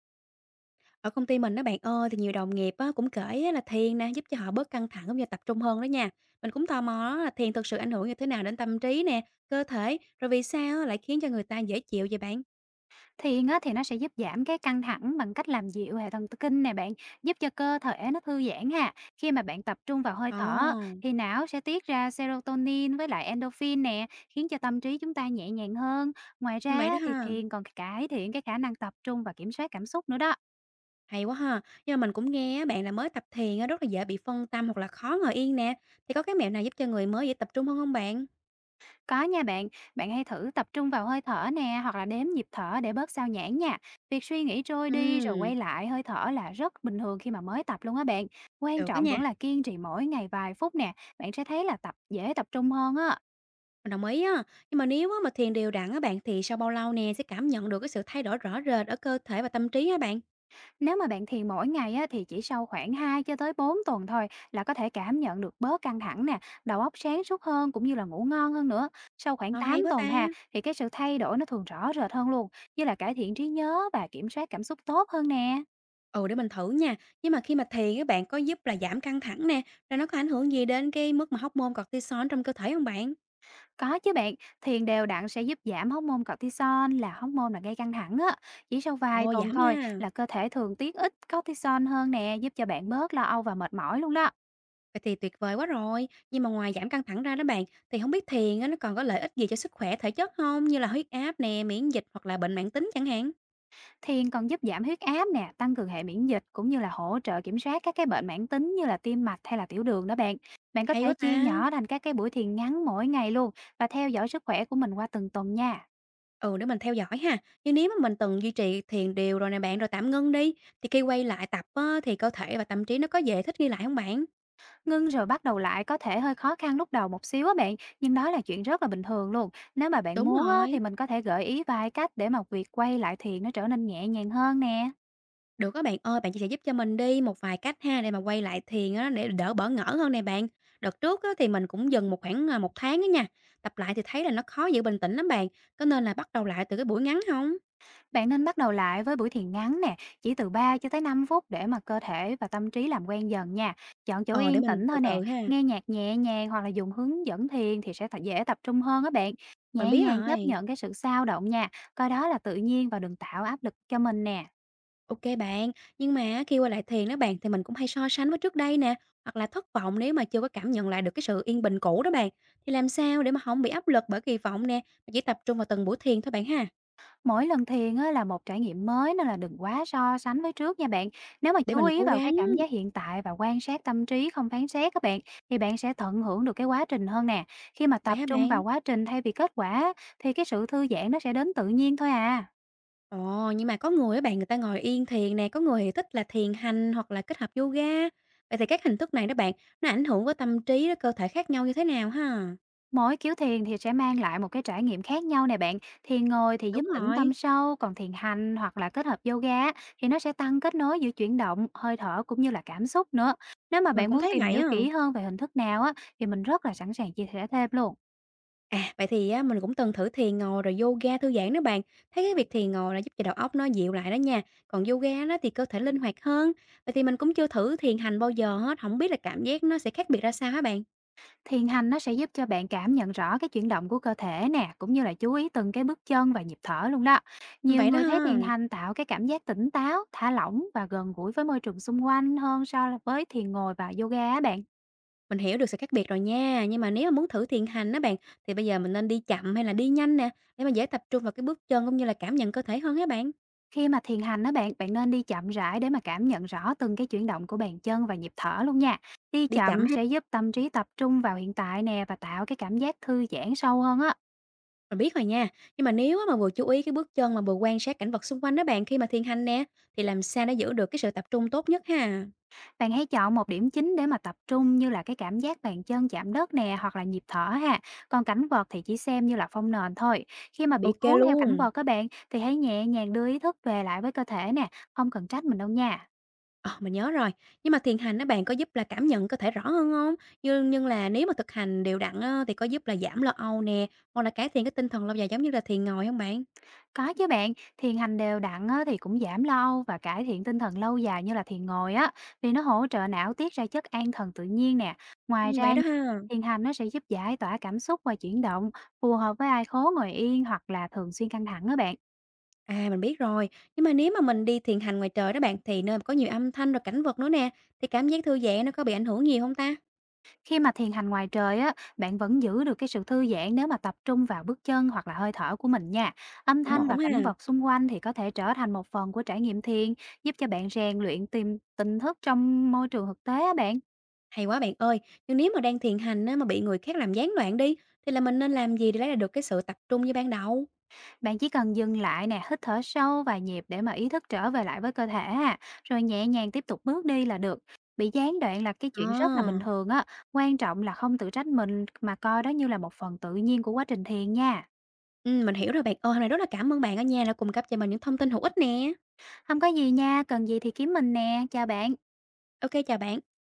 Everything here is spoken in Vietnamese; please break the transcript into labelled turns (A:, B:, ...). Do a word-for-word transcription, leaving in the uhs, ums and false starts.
A: Ở công ty mình đó bạn ơi, thì nhiều đồng nghiệp á, cũng kể á, là thiền nè giúp cho họ bớt căng thẳng cũng như tập trung hơn đó nha. Mình cũng tò mò á, là thiền thực sự ảnh hưởng như thế nào đến tâm trí nè, cơ thể, rồi vì sao á, lại khiến cho người ta dễ chịu vậy bạn?
B: Thiền á thì nó sẽ giúp giảm cái căng thẳng bằng cách làm dịu hệ thần kinh nè bạn, giúp cho cơ thể nó thư giãn ha. Khi mà bạn tập trung vào hơi thở
A: Ồ,
B: thì não sẽ tiết ra serotonin với lại endorphin nè, khiến cho tâm trí chúng ta nhẹ nhàng hơn. Ngoài
A: như vậy đó
B: ra thì
A: ha,
B: thiền còn cải thiện cái khả năng tập trung và kiểm soát cảm xúc nữa đó.
A: hay quá ha. Nhưng mà mình cũng nghe á, bạn là mới tập thiền á, rất là dễ bị phân tâm hoặc là khó ngồi yên nè. Thì có cái mẹo nào giúp cho người mới dễ tập trung hơn không bạn?
B: Có nha bạn, bạn hãy thử tập trung vào hơi thở nè, hoặc là đếm nhịp thở để bớt sao nhãng nha. Việc suy nghĩ trôi đi rồi quay
A: Ừ,
B: lại hơi thở là rất bình thường khi mà mới tập luôn á bạn. Quan
A: được đó
B: trọng
A: nha,
B: vẫn là kiên trì mỗi ngày vài phút nè, bạn sẽ thấy là tập dễ tập trung hơn á.
A: mình đồng ý á. Nhưng mà nếu á, mà thiền đều đặn á bạn thì sau bao lâu nè sẽ cảm nhận được cái sự thay đổi rõ rệt ở cơ thể và tâm trí á bạn?
B: Nếu mà bạn thiền mỗi ngày á thì chỉ sau khoảng hai cho tới bốn tuần thôi là có thể cảm nhận được bớt căng thẳng nè, đầu óc sáng suốt hơn, cũng như là ngủ ngon hơn nữa. Sau khoảng
A: Ờ, hay
B: tám
A: quá
B: tuần
A: ta!
B: ha, thì cái sự thay đổi nó thường rõ rệt hơn luôn, như là cải thiện trí nhớ và kiểm soát cảm xúc tốt hơn nè.
A: Ừ, để mình thử nha. Nhưng mà khi mà thiền các bạn, có giúp là giảm căng thẳng nè, rồi nó có ảnh hưởng gì đến cái mức mà hormone cortisol trong cơ thể không bạn?
B: Có chứ bạn, thiền đều đặn sẽ giúp giảm hormone cortisol, là hormone là gây căng thẳng á. Chỉ sau vài
A: Ồ,
B: tuần
A: giảm
B: thôi
A: ha!
B: là cơ thể thường tiết ít cortisol hơn nè, giúp cho bạn bớt lo âu và mệt mỏi luôn đó.
A: Vậy thì tuyệt vời quá rồi. Nhưng mà ngoài giảm căng thẳng ra đó bạn, thì không biết thiền á, nó còn có lợi ích gì cho sức khỏe thể chất không? Như là huyết áp nè, miễn dịch hoặc là bệnh mãn tính chẳng hạn?
B: Thiền còn giúp giảm huyết áp nè, tăng cường hệ miễn dịch, cũng như là hỗ trợ kiểm soát các cái bệnh mãn tính như là tim mạch hay là tiểu đường đó bạn. Bạn có
A: Hay
B: thể
A: quá ta!
B: chia nhỏ thành các cái buổi thiền ngắn mỗi ngày luôn, và theo dõi sức khỏe của mình qua từng tuần nha.
A: Ừ, để mình theo dõi ha. Nhưng nếu mà mình từng duy trì thiền đều rồi nè bạn, rồi tạm ngưng đi, thì khi quay lại tập á, thì cơ thể và tâm trí nó có dễ thích nghi lại không bạn?
B: Ngưng rồi bắt đầu lại có thể hơi khó khăn lúc đầu một xíu á bạn, nhưng đó là chuyện rất là bình thường luôn. Nếu mà bạn
A: Đúng
B: muốn á, thì
A: rồi.
B: mình có thể gợi ý vài cách để mà việc quay lại thiền nó trở nên nhẹ nhàng hơn nè.
A: Được các bạn ơi, bạn chia sẻ giúp cho mình đi một vài cách ha để mà quay lại thiền á, để đỡ bỡ ngỡ hơn nè bạn. Đợt trước á, thì mình cũng dừng một khoảng à, một tháng á nha. Tập lại thì thấy là nó khó giữ bình tĩnh lắm bạn. Có nên là bắt đầu lại từ cái buổi ngắn không?
B: Bạn nên bắt đầu lại với buổi thiền ngắn nè, chỉ từ ba cho tới năm phút, để mà cơ thể và tâm trí làm quen dần nha. Chọn chỗ
A: Ờ để
B: yên
A: mình
B: tĩnh
A: từ
B: thôi nè,
A: từ ha.
B: nghe nhạc nhẹ nhàng hoặc là dùng hướng dẫn thiền thì sẽ thật- dễ tập trung hơn á bạn.
A: Mình
B: Nhẹ
A: biết
B: nhàng chấp
A: rồi.
B: nhận cái sự sao động nha, coi đó là tự nhiên và đừng tạo áp lực cho mình nè.
A: Ok bạn, nhưng mà khi quay lại thiền đó bạn thì mình cũng hay so sánh với trước đây nè, hoặc là thất vọng nếu mà chưa có cảm nhận lại được cái sự yên bình cũ đó bạn. Thì làm sao để mà không bị áp lực bởi kỳ vọng nè, mà chỉ tập trung vào từng buổi thiền thôi bạn ha.
B: Mỗi lần thiền á là một trải nghiệm mới, nên là đừng quá so sánh với trước nha bạn. Nếu mà
A: Để
B: chú
A: mình
B: ý
A: cố
B: vào cái
A: gắng.
B: cảm giác hiện tại và quan sát tâm trí không phán xét, các bạn thì bạn sẽ tận hưởng được cái quá trình hơn nè. Khi mà
A: Vậy
B: tập
A: hả
B: trung
A: bạn?
B: vào quá trình thay vì kết quả á, thì cái sự thư giãn nó sẽ đến tự nhiên thôi à.
A: Ồ, nhưng mà có người á bạn, người ta ngồi yên thiền nè, có người thì thích là thiền hành hoặc là kết hợp yoga. Vậy thì các hình thức này đó bạn, nó ảnh hưởng với tâm trí, với cơ thể khác nhau như thế nào ha?
B: Mỗi kiểu thiền thì sẽ mang lại một cái trải nghiệm khác nhau nè bạn. Thiền ngồi thì
A: Đúng
B: giúp tĩnh
A: rồi.
B: tâm sâu, còn thiền hành hoặc là kết hợp yoga á, thì nó sẽ tăng kết nối giữa chuyển động, hơi thở, cũng như là cảm xúc nữa. Nếu mà
A: Mình
B: bạn
A: cũng
B: muốn
A: thấy
B: tìm
A: vậy
B: hiểu
A: á.
B: kỹ hơn về hình thức nào á, thì mình rất là sẵn sàng chia sẻ thêm luôn.
A: À, vậy thì á, mình cũng từng thử thiền ngồi rồi yoga thư giãn đó bạn. Thấy cái việc thiền ngồi là giúp cho đầu óc nó dịu lại đó nha. Còn yoga đó thì cơ thể linh hoạt hơn. Vậy thì mình cũng chưa thử thiền hành bao giờ hết, không biết là cảm giác nó sẽ khác biệt ra sao hả bạn?
B: Thiền hành nó sẽ giúp cho bạn cảm nhận rõ cái chuyển động của cơ thể nè, cũng như là chú ý từng cái bước chân và nhịp thở luôn đó. Nhiều
A: Vậy đó
B: người thấy thiền
A: ha.
B: hành tạo cái cảm giác tỉnh táo, thả lỏng và gần gũi với môi trường xung quanh hơn so với thiền ngồi và yoga á bạn.
A: Mình hiểu được sự khác biệt rồi nha, nhưng mà nếu mà muốn thử thiền hành đó bạn, thì bây giờ mình nên đi chậm hay là đi nhanh nè, để mà dễ tập trung vào cái bước chân cũng như là cảm nhận cơ thể hơn á bạn?
B: Khi mà thiền hành á bạn, bạn nên đi chậm rãi để mà cảm nhận rõ từng cái chuyển động của bàn chân và nhịp thở luôn nha. Đi
A: Đi chậm
B: chậm
A: ha,
B: sẽ giúp tâm trí tập trung vào hiện tại nè, và tạo cái cảm giác thư giãn sâu hơn á.
A: mình biết rồi nha, nhưng mà nếu á mà vừa chú ý cái bước chân mà vừa quan sát cảnh vật xung quanh đó bạn khi mà thiền hành nè, thì làm sao để giữ được cái sự tập trung tốt nhất ha?
B: Bạn hãy chọn một điểm chính để mà tập trung, như là cái cảm giác bàn chân chạm đất nè, hoặc là nhịp thở ha. Còn cảnh vật thì chỉ xem như là phông nền thôi. Khi mà bị
A: OK
B: cuốn theo cảnh
A: luôn.
B: vật các bạn, thì hãy nhẹ nhàng đưa ý thức về lại với cơ thể nè, không cần trách mình đâu nha.
A: Ờ, mình nhớ rồi, nhưng mà thiền hành đó bạn có giúp là cảm nhận cơ thể rõ hơn không? Nhưng nhưng là nếu mà thực hành đều đặn á, thì có giúp là giảm lo âu nè, hoặc là cải thiện cái tinh thần lâu dài giống như là thiền ngồi không bạn?
B: Có chứ bạn, thiền hành đều đặn á, thì cũng giảm lo âu và cải thiện tinh thần lâu dài như là thiền ngồi á, vì nó hỗ trợ não tiết ra chất an thần tự nhiên nè. Ngoài
A: Ừm, vậy
B: ra,
A: đó ha.
B: thiền hành nó sẽ giúp giải tỏa cảm xúc và chuyển động, phù hợp với ai khố ngồi yên hoặc là thường xuyên căng thẳng á bạn.
A: À, mình biết rồi, nhưng mà nếu mà mình đi thiền hành ngoài trời đó bạn, thì nơi mà có nhiều âm thanh rồi cảnh vật nữa nè, thì cảm giác thư giãn nó có bị ảnh hưởng nhiều không ta?
B: Khi mà thiền hành ngoài trời á, bạn vẫn giữ được cái sự thư giãn nếu mà tập trung vào bước chân hoặc là hơi thở của mình nha. Âm
A: Cũng
B: thanh và
A: ổn
B: cảnh
A: ha.
B: vật xung quanh thì có thể trở thành một phần của trải nghiệm thiền, giúp cho bạn rèn luyện tìm tỉnh thức trong môi trường thực tế á bạn.
A: Hay quá bạn ơi, nhưng nếu mà đang thiền hành á, mà bị người khác làm gián đoạn đi, thì là mình nên làm gì để lấy lại được cái sự tập trung như ban đầu?
B: Bạn chỉ cần dừng lại nè, hít thở sâu vài nhịp để mà ý thức trở về lại với cơ thể ha, rồi nhẹ nhàng tiếp tục bước đi là được. Bị gián đoạn là cái chuyện rất là bình
A: À,
B: thường á, quan trọng là không tự trách mình mà coi đó như là một phần tự nhiên của quá trình thiền nha.
A: ừm, mình hiểu rồi bạn ơi, hôm nay rất là cảm ơn bạn ở nhà đã cung cấp cho mình những thông tin hữu ích nè.
B: Không có gì nha, cần gì thì kiếm mình nè, chào bạn.
A: Ok chào bạn.